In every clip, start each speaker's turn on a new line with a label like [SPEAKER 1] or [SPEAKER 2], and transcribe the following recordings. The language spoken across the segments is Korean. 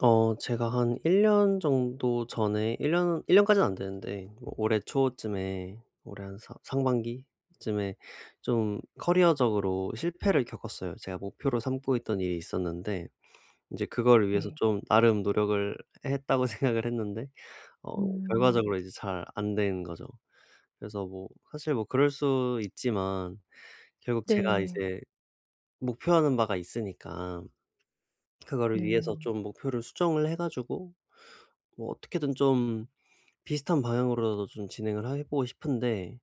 [SPEAKER 1] 제가 한 1년 정도 전에 1년일 년까지는 안 되는데 뭐 올해 초쯤에 올해 한 사 상반기쯤에 좀 커리어적으로 실패를 겪었어요. 제가 목표로 삼고 있던 일이 있었는데 이제 그걸 위해서
[SPEAKER 2] 네.
[SPEAKER 1] 좀 나름 노력을 했다고 생각을 했는데 어
[SPEAKER 2] 음.
[SPEAKER 1] 결과적으로 이제 잘 안 된 거죠. 그래서 뭐 사실 뭐 그럴 수 있지만 결국 제가
[SPEAKER 2] 네.
[SPEAKER 1] 이제 목표하는 바가 있으니까 그거를 위해서
[SPEAKER 2] 네.
[SPEAKER 1] 좀 목표를 수정을 해 가지고 뭐 어떻게든 좀 비슷한 방향으로라도 좀 진행을 하 해 보고 싶은데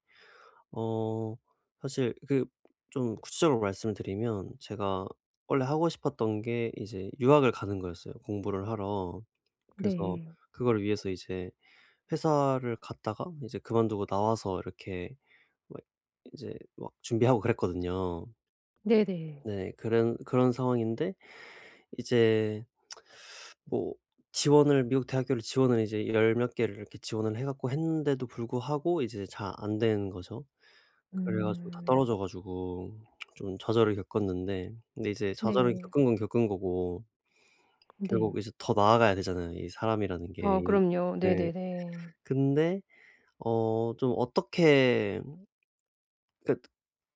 [SPEAKER 1] 어 사실 그 좀 구체적으로 말씀을 드리면 제가 원래 하고 싶었던 게 이제 유학을 가는 거였어요, 공부를 하러. 그래서
[SPEAKER 2] 네.
[SPEAKER 1] 그걸 위해서 이제 회사를 갔다가 이제 그만두고 나와서 이렇게 막 이제 막 준비하고 그랬거든요.
[SPEAKER 2] 네네.
[SPEAKER 1] 네. 그런 상황인데 이제 뭐 지원을 미국 대학교를 지원을 이제 열 몇 개를 이렇게 지원을 해 갖고 했는데도 불구하고 이제 잘 안 되는 거죠. 그래 가지고 다
[SPEAKER 2] 음.
[SPEAKER 1] 떨어져 가지고 좀 좌절을 겪었는데 근데 이제 좌절을
[SPEAKER 2] 네.
[SPEAKER 1] 겪은 건 겪은 거고 결국
[SPEAKER 2] 네.
[SPEAKER 1] 이제 더 나아가야 되잖아요, 이 사람이라는 게.
[SPEAKER 2] 아
[SPEAKER 1] 이
[SPEAKER 2] 그럼요.
[SPEAKER 1] 네.
[SPEAKER 2] 네네네.
[SPEAKER 1] 근데 좀 어떻게 그러니까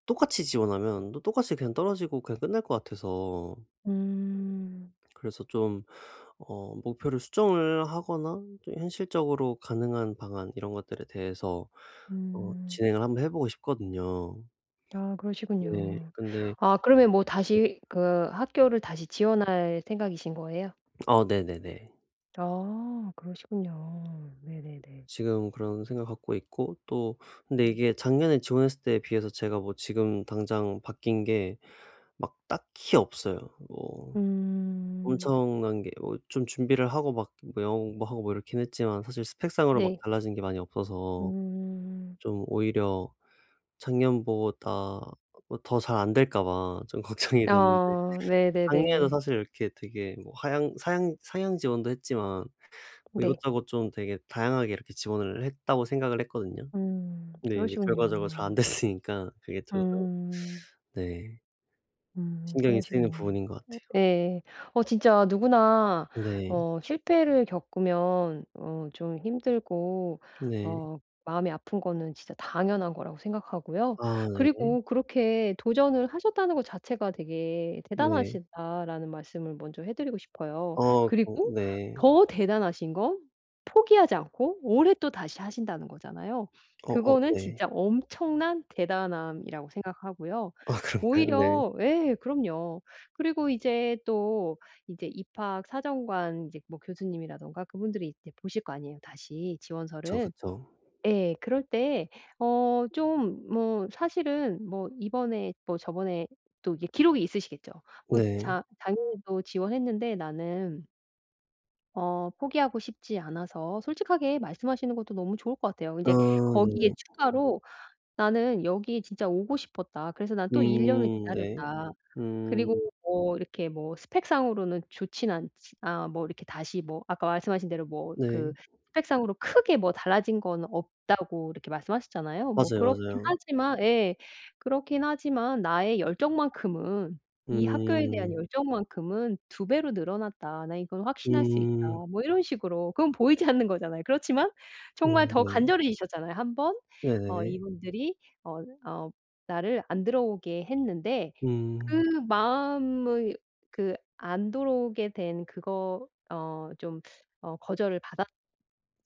[SPEAKER 1] 똑같이 지원하면 또 똑같이 그냥 떨어지고 그냥 끝날 것 같아서
[SPEAKER 2] 음.
[SPEAKER 1] 그래서 좀 목표를 수정을 하거나 또 현실적으로 가능한 방안 이런 것들에 대해서
[SPEAKER 2] 음.
[SPEAKER 1] 진행을 한번 해 보고 싶거든요.
[SPEAKER 2] 아
[SPEAKER 1] 네.
[SPEAKER 2] 그러시군요.
[SPEAKER 1] 근데
[SPEAKER 2] 아 그러면 뭐
[SPEAKER 1] 네.
[SPEAKER 2] 다시 그 학교를 다시 지원할 생각이신 거예요?
[SPEAKER 1] 어 네네네.
[SPEAKER 2] 아 그러시군요. 네네네.
[SPEAKER 1] 지금 그런 생각 갖고 있고 또 근데 이게 작년에 지원했을 때에 비해서 제가 뭐 지금 당장 바뀐 게 막 딱히 없어요. 뭐
[SPEAKER 2] 음.
[SPEAKER 1] 엄청난 게 뭐 좀 준비를 하고 막 뭐 영어 공부하고 뭐 이렇긴 했지만 사실 스펙상으로 막
[SPEAKER 2] 네.
[SPEAKER 1] 달라진 게 많이 없어서
[SPEAKER 2] 음.
[SPEAKER 1] 좀 오히려 작년보다 뭐 더 잘 안 될까 봐 좀 걱정이 되는데
[SPEAKER 2] 아
[SPEAKER 1] 작년에도
[SPEAKER 2] 네네네.
[SPEAKER 1] 사실 이렇게 되게 뭐 하향 사양 상향 지원도 했지만 뭐
[SPEAKER 2] 네.
[SPEAKER 1] 이것저것 좀 되게 다양하게 이렇게 지원을 했다고 생각을 했거든요.
[SPEAKER 2] 음.
[SPEAKER 1] 근데 이제 결과적으로
[SPEAKER 2] 그러시군요.
[SPEAKER 1] 잘 안 됐으니까 그게 좀
[SPEAKER 2] 음.
[SPEAKER 1] 네. 신경이 쓰이는
[SPEAKER 2] 그러시군요.
[SPEAKER 1] 부분인 것 같아요.
[SPEAKER 2] 예. 진짜 누구나
[SPEAKER 1] 네.
[SPEAKER 2] 실패를 겪으면 좀 힘들고
[SPEAKER 1] 네.
[SPEAKER 2] 어 마음이 아픈 거는 진짜 당연한 거라고 생각하고요.
[SPEAKER 1] 아
[SPEAKER 2] 그리고 그렇게 도전을 하셨다는 것 자체가 되게
[SPEAKER 1] 네네. 네.
[SPEAKER 2] 대단하시다라는 말씀을 먼저 해 드리고 싶어요.
[SPEAKER 1] 어 그
[SPEAKER 2] 그리고
[SPEAKER 1] 네.
[SPEAKER 2] 더 대단하신 건 포기하지 않고 올해 또 다시 하신다는 거잖아요.
[SPEAKER 1] 어어
[SPEAKER 2] 그거는
[SPEAKER 1] 네.
[SPEAKER 2] 진짜 엄청난 대단함이라고 생각하고요.
[SPEAKER 1] 아 그런가요? 네.
[SPEAKER 2] 오히려. 예, 그럼요. 그리고 이제 또 이제 입학 사정관 이제 뭐 교수님이라든가 그분들이 이제 보실 거 아니에요 다시
[SPEAKER 1] 그쵸,
[SPEAKER 2] 지원서를.
[SPEAKER 1] 그쵸.
[SPEAKER 2] 예. 그럴 때 좀 뭐 사실은 뭐 이번에 뭐 저번에 또 이게 기록이 있으시겠죠. 뭐
[SPEAKER 1] 네.
[SPEAKER 2] "자 작년에도 지원했는데 나는 포기하고 싶지 않아서." 솔직하게 말씀하시는 것도 너무 좋을 것 같아요. 이
[SPEAKER 1] 아
[SPEAKER 2] 제 거기에
[SPEAKER 1] 네.
[SPEAKER 2] 추가로 "나는 여기에 진짜 오고 싶었다. 그래서 난 또 1 년을
[SPEAKER 1] 네.
[SPEAKER 2] 기다렸다."
[SPEAKER 1] 음.
[SPEAKER 2] 그리고 뭐 이렇게 뭐 스펙상으로는 좋진 않지 아 뭐 이렇게 다시 뭐 아까 말씀하신 대로 뭐 그
[SPEAKER 1] 네.
[SPEAKER 2] 스펙상으로 크게 뭐 달라진 건 없다고 이렇게 말씀하셨잖아요. 뭐
[SPEAKER 1] 맞아요,
[SPEAKER 2] 그렇긴
[SPEAKER 1] 맞아요.
[SPEAKER 2] 하지만, 예. 그렇긴 하지만 나의 열정만큼은 이 학교에 대한
[SPEAKER 1] 음.
[SPEAKER 2] 열정만큼은 두 배로 늘어났다. 나 이건 확신할 수 있다.
[SPEAKER 1] 음.
[SPEAKER 2] 뭐 이런 식으로 그건 보이지 않는 거잖아요. 그렇지만 정말 더
[SPEAKER 1] 네.
[SPEAKER 2] 간절해지셨잖아요. 한 번
[SPEAKER 1] 네네.
[SPEAKER 2] 이분들이 어 어 나를 안 들어오게 했는데 그
[SPEAKER 1] 음.
[SPEAKER 2] 마음의 그 안 들어오게 된 그거 좀 거절을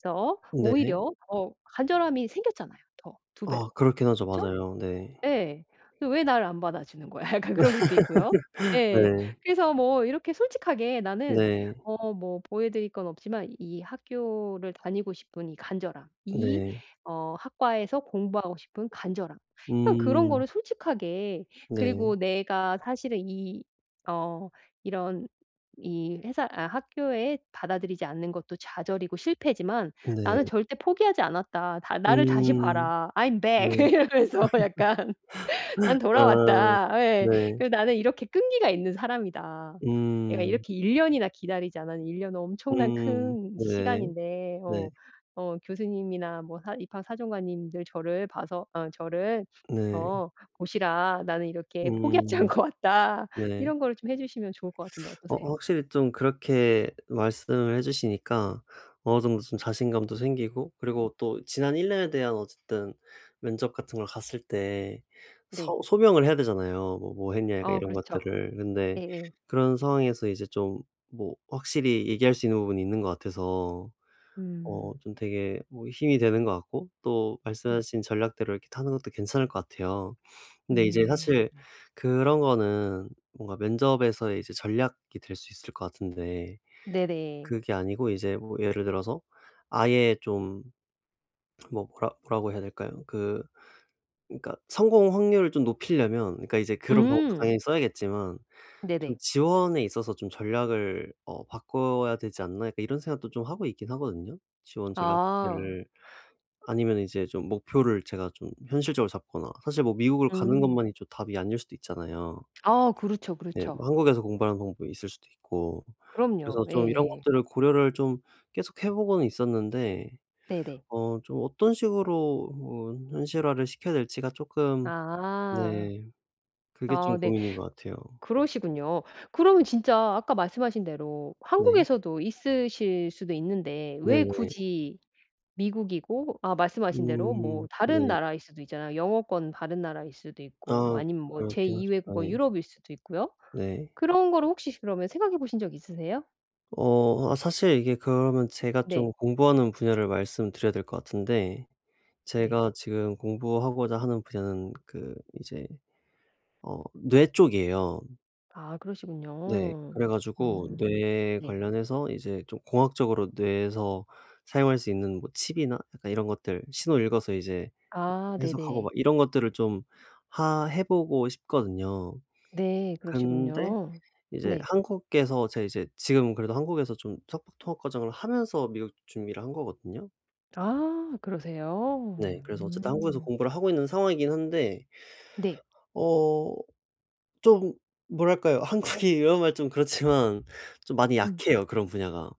[SPEAKER 2] 받아서
[SPEAKER 1] 네.
[SPEAKER 2] 오히려 더 간절함이 생겼잖아요. 더 두 배로.
[SPEAKER 1] 아 그렇긴 하죠.
[SPEAKER 2] 그쵸?
[SPEAKER 1] 맞아요. 네.
[SPEAKER 2] 예. 그 '왜 나를 안 받아주는 거야?' 약간 그런 것도 있고요. 예.
[SPEAKER 1] 네.
[SPEAKER 2] 그래서 뭐 이렇게 솔직하게 나는
[SPEAKER 1] 네.
[SPEAKER 2] 뭐 보여 드릴 건 없지만 이 학교를 다니고 싶은 이 간절함, 이
[SPEAKER 1] 네.
[SPEAKER 2] 학과에서 공부하고 싶은 간절함 그냥 그런
[SPEAKER 1] 음.
[SPEAKER 2] 거를 솔직하게.
[SPEAKER 1] 네.
[SPEAKER 2] 그리고 내가 사실은 이 어 이런 이 회사 아 학교에 받아들이지 않는 것도 좌절이고 실패지만
[SPEAKER 1] 네.
[SPEAKER 2] 나는 절대 포기하지 않았다. 다 나를 다시
[SPEAKER 1] 음.
[SPEAKER 2] 봐라. "I'm back."
[SPEAKER 1] 네.
[SPEAKER 2] 이러면서 약간 '난
[SPEAKER 1] 아.
[SPEAKER 2] 돌아왔다.' 예.
[SPEAKER 1] 네.
[SPEAKER 2] 그리고 '나는 이렇게 끈기가 있는 사람이다. 내가
[SPEAKER 1] 음.
[SPEAKER 2] 이렇게 1 년이나 기다리지 않았는 1 년은 엄청난
[SPEAKER 1] 음.
[SPEAKER 2] 큰
[SPEAKER 1] 네
[SPEAKER 2] 시간인데
[SPEAKER 1] 네네. 네.
[SPEAKER 2] 교수님이나 뭐 사 입학 사정관님들 저를 봐서 저를
[SPEAKER 1] 네.
[SPEAKER 2] 어 보시라. 나는 이렇게 포기하지
[SPEAKER 1] 음.
[SPEAKER 2] 않고 왔다.'
[SPEAKER 1] 네.
[SPEAKER 2] 이런 거를 좀 해 주시면 좋을 것 같은데
[SPEAKER 1] 어
[SPEAKER 2] 어떠세요?
[SPEAKER 1] 확실히 좀 그렇게 말씀을 해 주시니까 어느 정도 좀 자신감도 생기고 그리고 또 지난 1 년에 대한 어쨌든 면접 같은 걸 갔을 때
[SPEAKER 2] 네.
[SPEAKER 1] 서 소명을 해야 되잖아요. 뭐 뭐 했냐 약간
[SPEAKER 2] 어
[SPEAKER 1] 이런
[SPEAKER 2] 그렇죠.
[SPEAKER 1] 것들을. 근데
[SPEAKER 2] 예예.
[SPEAKER 1] 그런 상황에서 이제 좀 뭐 확실히 얘기할 수 있는 부분이 있는 것 같아서
[SPEAKER 2] 음.
[SPEAKER 1] 좀 되게 뭐 힘이 되는 것 같고 또
[SPEAKER 2] 네.
[SPEAKER 1] 말씀하신 전략대로 이렇게 타는 것도 괜찮을 것 같아요. 근데 이제
[SPEAKER 2] 음.
[SPEAKER 1] 사실 그런 거는 뭔가 면접에서의 이제 전략이 될 수 있을 것 같은데
[SPEAKER 2] 네네.
[SPEAKER 1] 그게 아니고 이제 뭐 예를 들어서 아예 좀 뭐 뭐라고 해야 될까요? 그 그러니까 성공 확률을 좀 높이려면 그러니까 이제 그런 방법도
[SPEAKER 2] 음.
[SPEAKER 1] 당연히 써야겠지만 좀
[SPEAKER 2] 네네.
[SPEAKER 1] '지원에 있어서 좀 전략을 바꿔야 되지 않나?' 약간 이런 생각도 좀 하고 있긴 하거든요, 지원 전략
[SPEAKER 2] 아.
[SPEAKER 1] 자체를. 아니면 이제 좀 목표를 제가 좀 현실적으로 잡거나 사실 뭐 미국을 가는
[SPEAKER 2] 음.
[SPEAKER 1] 것만이 좀 답이 아닐 수도 있잖아요.
[SPEAKER 2] 아 그렇죠,
[SPEAKER 1] 네.
[SPEAKER 2] 그렇죠.
[SPEAKER 1] 뭐 한국에서 공부하는 방법이 있을 수도 있고.
[SPEAKER 2] 그럼요.
[SPEAKER 1] 그래서 좀 이런
[SPEAKER 2] 예
[SPEAKER 1] 것들을 고려를 좀 계속 해 보고는 있었는데
[SPEAKER 2] 네네.
[SPEAKER 1] 좀 어떤 식으로 현실화를 시켜야 될지가 쪼끔
[SPEAKER 2] 아.
[SPEAKER 1] 네 그게 좀
[SPEAKER 2] 아 네.
[SPEAKER 1] 고민인 것 같아요.
[SPEAKER 2] 그러시군요. 그러면 진짜 아까 말씀하신 대로
[SPEAKER 1] 네.
[SPEAKER 2] 한국에서도 있으실 수도 있는데 왜
[SPEAKER 1] 네네.
[SPEAKER 2] 굳이 미국이고, 아 말씀하신 대로 뭐 다른
[SPEAKER 1] 네.
[SPEAKER 2] 나라일 수도 있잖아요. 영어권 다른 나라일 수도 있고 뭐
[SPEAKER 1] 아
[SPEAKER 2] 아니면 뭐
[SPEAKER 1] 그렇긴
[SPEAKER 2] 제2
[SPEAKER 1] 하죠.
[SPEAKER 2] 외국어
[SPEAKER 1] 네.
[SPEAKER 2] 유럽일 수도 있고요.
[SPEAKER 1] 네.
[SPEAKER 2] 그런 거를 혹시 그러면 생각해 보신 적 있으세요?
[SPEAKER 1] 어 아 사실 이게 그러면 제가
[SPEAKER 2] 네.
[SPEAKER 1] 좀 공부하는 분야를 말씀드려야 될 것 같은데
[SPEAKER 2] 네.
[SPEAKER 1] 제가 지금 공부하고자 하는 분야는 그 이제 뇌 쪽이에요.
[SPEAKER 2] 아
[SPEAKER 1] 네.
[SPEAKER 2] 그러시군요.
[SPEAKER 1] 그래 가지고
[SPEAKER 2] 음.
[SPEAKER 1] 뇌에
[SPEAKER 2] 네.
[SPEAKER 1] 관련해서 이제 좀 공학적으로 뇌에서 사용할 수 있는 뭐 칩이나 약간 이런 것들 신호 읽어서 이제
[SPEAKER 2] 아
[SPEAKER 1] 해석하고
[SPEAKER 2] 네네.
[SPEAKER 1] 막 이런 것들을 좀 하 해 보고 싶거든요.
[SPEAKER 2] 네.
[SPEAKER 1] 근데
[SPEAKER 2] 그러시군요.
[SPEAKER 1] 이제
[SPEAKER 2] 네.
[SPEAKER 1] 한국에서 제가 이제 지금 그래도 한국에서 좀 석박 통합 과정을 하면서 미국 준비를 한 거거든요.
[SPEAKER 2] 아 그러세요?
[SPEAKER 1] 네. 그래서 어쨌든 한국에서
[SPEAKER 2] 음.
[SPEAKER 1] 공부를 하고 있는 상황이긴 한데
[SPEAKER 2] 네.
[SPEAKER 1] 어 좀 뭐랄까요? 한국이 이런 말 좀 그렇지만 좀 많이
[SPEAKER 2] 음.
[SPEAKER 1] 약해요, 그런 분야가.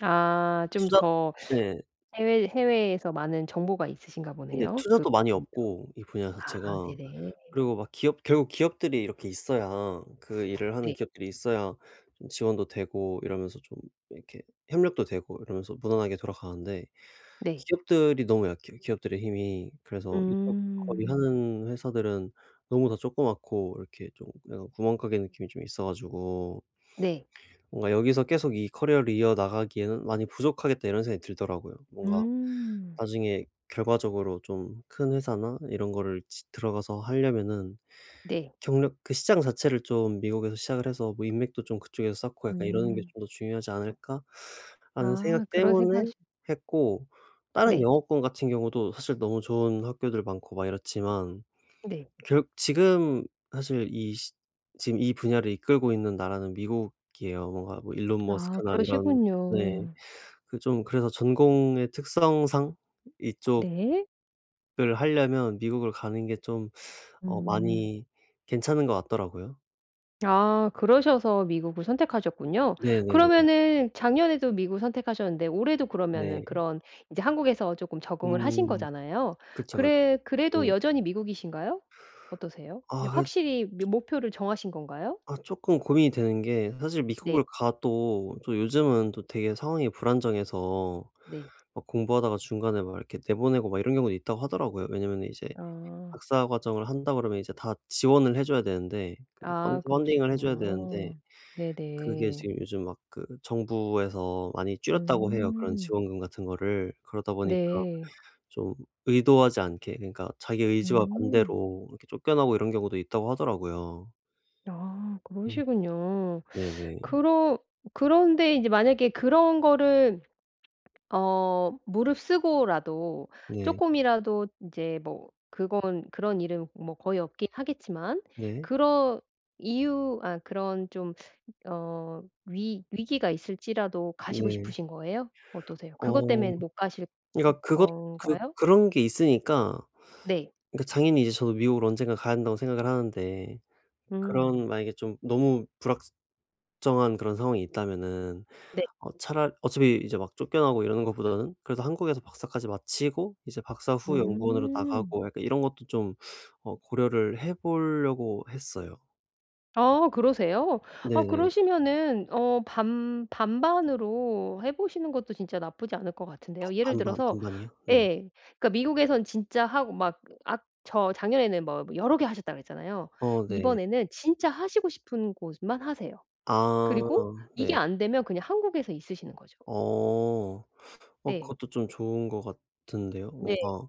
[SPEAKER 2] 아 좀
[SPEAKER 1] 투자
[SPEAKER 2] 더
[SPEAKER 1] 네.
[SPEAKER 2] 해외 해외에서 많은 정보가 있으신가
[SPEAKER 1] 네.
[SPEAKER 2] 보네요. 그
[SPEAKER 1] 투자도 많이 없고 이 분야
[SPEAKER 2] 아
[SPEAKER 1] 자체가.
[SPEAKER 2] 네네.
[SPEAKER 1] 그리고 막 기업 결국 기업들이 이렇게 있어야 그 일을 하는
[SPEAKER 2] 네.
[SPEAKER 1] 기업들이 있어야 좀 지원도 되고 이러면서 좀 이렇게 협력도 되고 이러면서 무난하게 돌아가는데
[SPEAKER 2] 네.
[SPEAKER 1] 기업들이 너무 약해요, 기업들의 힘이. 그래서 이쪽 거의
[SPEAKER 2] 음.
[SPEAKER 1] 하는 회사들은 너무 다 조그맣고 이렇게 좀 약간 구멍가게 느낌이 좀 있어 가지고
[SPEAKER 2] 네.
[SPEAKER 1] 뭔가 '여기서 계속 이 커리어를 이어나가기에는 많이 부족하겠다.' 이런 생각이 들더라고요. 뭔가
[SPEAKER 2] 음.
[SPEAKER 1] 나중에 결과적으로 좀 큰 회사나 이런 거를 지 들어가서 하려면은
[SPEAKER 2] 네.
[SPEAKER 1] 경력 그 시장 자체를 좀 미국에서 시작을 해서 뭐 인맥도 좀 그쪽에서 쌓고 약간 이러는 게
[SPEAKER 2] 음.
[SPEAKER 1] 좀 더 중요하지 않을까라는 생각
[SPEAKER 2] 아 그런 생
[SPEAKER 1] 때문에
[SPEAKER 2] 각이
[SPEAKER 1] 했고 다른
[SPEAKER 2] 네.
[SPEAKER 1] 영어권 같은 경우도 사실 너무 좋은 학교들 많고 막 이렇지만
[SPEAKER 2] 네.
[SPEAKER 1] 결 지금 사실 이 시 지금 이 분야를 이끌고 있는 나라는 미국이에요. 뭔가 뭐 일론
[SPEAKER 2] 아
[SPEAKER 1] 머스크나 이런 네.
[SPEAKER 2] 그러시군요.
[SPEAKER 1] 그 좀 그래서 전공의 특성상
[SPEAKER 2] 네.
[SPEAKER 1] 이쪽을 하려면 미국을 가는 게 좀
[SPEAKER 2] 음.
[SPEAKER 1] 많이 괜찮은 것 같더라고요.
[SPEAKER 2] 아 그러셔서 미국을 선택하셨군요.
[SPEAKER 1] 네네네.
[SPEAKER 2] 그러면은 작년에도 미국 선택하셨는데 올해도 그러면은
[SPEAKER 1] 네.
[SPEAKER 2] 그런 이제 한국에서 조금 적응을 하신
[SPEAKER 1] 음.
[SPEAKER 2] 거잖아요.
[SPEAKER 1] 그쵸, 그쵸.
[SPEAKER 2] 그래 그래도
[SPEAKER 1] 네.
[SPEAKER 2] 여전히 미국이신가요? 어떠세요? 이제
[SPEAKER 1] 아
[SPEAKER 2] 확실히 미 목표를 정하신 건가요?
[SPEAKER 1] 아 쪼끔 고민이 되는 게 사실 미국을
[SPEAKER 2] 네.
[SPEAKER 1] 가도 또 요즘은 또 되게 상황이 불안정해서
[SPEAKER 2] 네.
[SPEAKER 1] 막 공부하다가 중간에 막 이렇게 내보내고 막 이런 경우도 있다고 하더라고요. 왜냐면은 이제
[SPEAKER 2] 아.
[SPEAKER 1] 박사 과정을 한다 그러면 이제 다 지원을 해 줘야 되는데 그 펀
[SPEAKER 2] 아
[SPEAKER 1] 펀딩을 해 줘야 되는데
[SPEAKER 2] 그러시군요.
[SPEAKER 1] 그게
[SPEAKER 2] 네네.
[SPEAKER 1] 지금 요즘 막 그 정부에서 많이 줄였다고 해요, 그런
[SPEAKER 2] 음.
[SPEAKER 1] 지원금 같은 거를. 그러다 보니까
[SPEAKER 2] 네.
[SPEAKER 1] 좀 의도하지 않게 그러니까 자기 의지와
[SPEAKER 2] 음.
[SPEAKER 1] 반대로 이렇게 쫓겨나고 이런 경우도 있다고 하더라고요.
[SPEAKER 2] 아
[SPEAKER 1] 음
[SPEAKER 2] 그러시군요.
[SPEAKER 1] 네네.
[SPEAKER 2] 그러 그런데 이제 만약에 그런 거를 무릎쓰고라도 조
[SPEAKER 1] 네.
[SPEAKER 2] 금이라도 이제 뭐 그건 그런 일은 뭐 거의 없긴 하겠지만
[SPEAKER 1] 네.
[SPEAKER 2] 그런 이유, 아 그런 좀 위 위기가 있을지라도 가시고
[SPEAKER 1] 네.
[SPEAKER 2] 싶으신 거예요? 어떠세요? 그것
[SPEAKER 1] 어
[SPEAKER 2] 때문에 못 가실
[SPEAKER 1] 그러니까 그것 그
[SPEAKER 2] 건가요?
[SPEAKER 1] 그런 게 있으니까
[SPEAKER 2] 네.
[SPEAKER 1] 그러니까 당연히 이제 저도 미국을 언젠가 가야 한다고 생각을 하는데
[SPEAKER 2] 음.
[SPEAKER 1] 그런 만약에 좀 너무 불확정한 그런 상황이 있다면은
[SPEAKER 2] 네.
[SPEAKER 1] 어 차라 어차피 이제 막 쫓겨나고 이러는 것보다는 그래도 한국에서 박사까지 마치고 이제 박사 후 연구원으로
[SPEAKER 2] 음.
[SPEAKER 1] 나가고 약간 이런 것도 좀 고려를 해 보려고 했어요.
[SPEAKER 2] 아 그러세요? 아
[SPEAKER 1] 네네.
[SPEAKER 2] 그러시면은 반 반반으로 해 보시는 것도 진짜 나쁘지 않을 것 같은데요. 예를
[SPEAKER 1] 반반
[SPEAKER 2] 들어서.
[SPEAKER 1] 반반이요? 네.
[SPEAKER 2] 예. 그러니까 미국에선 진짜 하고 막, 아 저 작년에는 뭐 뭐 여러 개 하셨다 그랬잖아요.
[SPEAKER 1] 어 네.
[SPEAKER 2] 이번에는 진짜 하시고 싶은 곳만 하세요.
[SPEAKER 1] 아
[SPEAKER 2] 그리고 이게
[SPEAKER 1] 네.
[SPEAKER 2] 안 되면 그냥 한국에서 있으시는 거죠.
[SPEAKER 1] 어. 어
[SPEAKER 2] 예.
[SPEAKER 1] 그것도 좀 좋은 것 같은데요.
[SPEAKER 2] 네.
[SPEAKER 1] 뭔가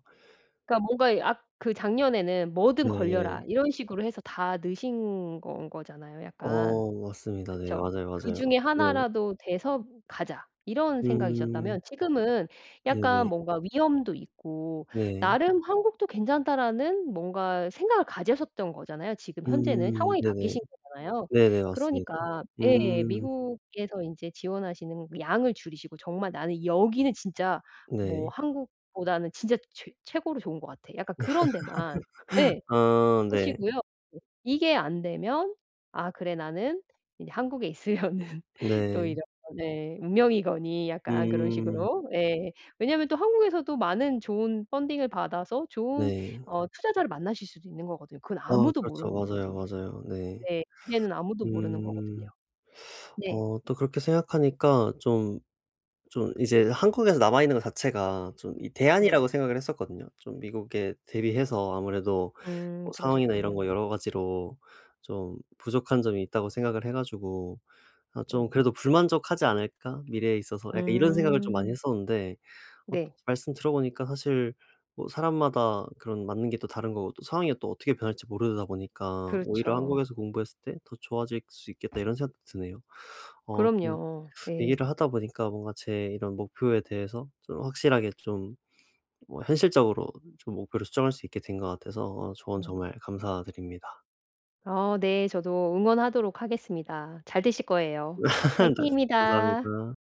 [SPEAKER 2] 그러니까 뭔가 아 그 작년에는 "뭐든 걸려라."
[SPEAKER 1] 네네.
[SPEAKER 2] 이런 식으로 해서 다 넣으신 건 거잖아요 약간.
[SPEAKER 1] 어 맞습니다. 네
[SPEAKER 2] 그쵸.
[SPEAKER 1] 맞아요, 맞아요.
[SPEAKER 2] '그중에
[SPEAKER 1] 네.
[SPEAKER 2] 하나라도 돼서 가자.' 이런
[SPEAKER 1] 음
[SPEAKER 2] 생각이셨다면 지금은 약간
[SPEAKER 1] 네네.
[SPEAKER 2] 뭔가 위험도 있고
[SPEAKER 1] 네.
[SPEAKER 2] 나름 '한국도 괜찮다.'라는 뭔가 생각을 가지셨던 거잖아요. 지금 현재는 상황이
[SPEAKER 1] 네네.
[SPEAKER 2] 바뀌신 거잖아요.
[SPEAKER 1] 네네 맞습니다.
[SPEAKER 2] 그러니까 예
[SPEAKER 1] 음
[SPEAKER 2] 미국에서 인제 지원하시는 양을 줄이시고 정말 '나는 여기는 진짜 뭐
[SPEAKER 1] 네.
[SPEAKER 2] 한국보다는 진짜 최 최고로 좋은 것 같아.' 약간 그런 데만. 예.
[SPEAKER 1] 아 네.
[SPEAKER 2] 하시고요. 네. 이게 안 되면 '아 그래 나는 이제 한국에 있으려는 또
[SPEAKER 1] 네.
[SPEAKER 2] 이런 네 운명이거니.' 약간 그런
[SPEAKER 1] 음
[SPEAKER 2] 식으로. 예. 왜냐하면 또 한국에서도 많은 좋은 펀딩을 받아서 좋은
[SPEAKER 1] 네.
[SPEAKER 2] 투자자를 만나실 수도 있는 거거든요. 그건
[SPEAKER 1] 아
[SPEAKER 2] 아무도
[SPEAKER 1] 그렇죠.
[SPEAKER 2] 모르는
[SPEAKER 1] 맞아요,
[SPEAKER 2] 거거든요.
[SPEAKER 1] 맞아요. 네.
[SPEAKER 2] 네. 미래는 아무도 모르는 거거든요.
[SPEAKER 1] 음.
[SPEAKER 2] 네.
[SPEAKER 1] 또 그렇게 생각하니까 좀 좀 이제 한국에서 남아 있는 것 자체가 좀 이
[SPEAKER 2] 네.
[SPEAKER 1] 대안이라고 생각을 했었거든요. 좀 미국에 대비해서 아무래도 뭐 상황이나 이런
[SPEAKER 2] 그러셨군요.
[SPEAKER 1] 거 여러 가지로 좀 부족한 점이 있다고 생각을 해 가지고 아
[SPEAKER 2] 네.
[SPEAKER 1] 좀 '그래도 불만족하지 않을까? 미래에 있어서.' 약간 이런 생각을 좀 많이
[SPEAKER 2] 음.
[SPEAKER 1] 했었는데 어
[SPEAKER 2] 네.
[SPEAKER 1] 말씀 들어보니까 사실 뭐 사람마다 그런 맞는 게 또 다른 거고 또 상황이 또 어떻게 변할지 모르다 보니까 오히려
[SPEAKER 2] 그렇죠.
[SPEAKER 1] '한국에서 공부했을 때 더 좋아질 수 있겠다.' 이런 생각도 드네요. 어좀
[SPEAKER 2] 그럼요. 네.
[SPEAKER 1] 얘기를 하다 보니까 뭔가 제 이런 목표에 대해서 좀 확실하게 좀 뭐 현실적으로 좀 목표를 수정할 수 있게 된 것 같아서 조언
[SPEAKER 2] 음.
[SPEAKER 1] 정말 감사드립니다.
[SPEAKER 2] 어 네. 저도 응원하도록 하겠습니다. 잘 되실 거예요.
[SPEAKER 1] 네
[SPEAKER 2] 화이팅입니다.
[SPEAKER 1] 감사합니다.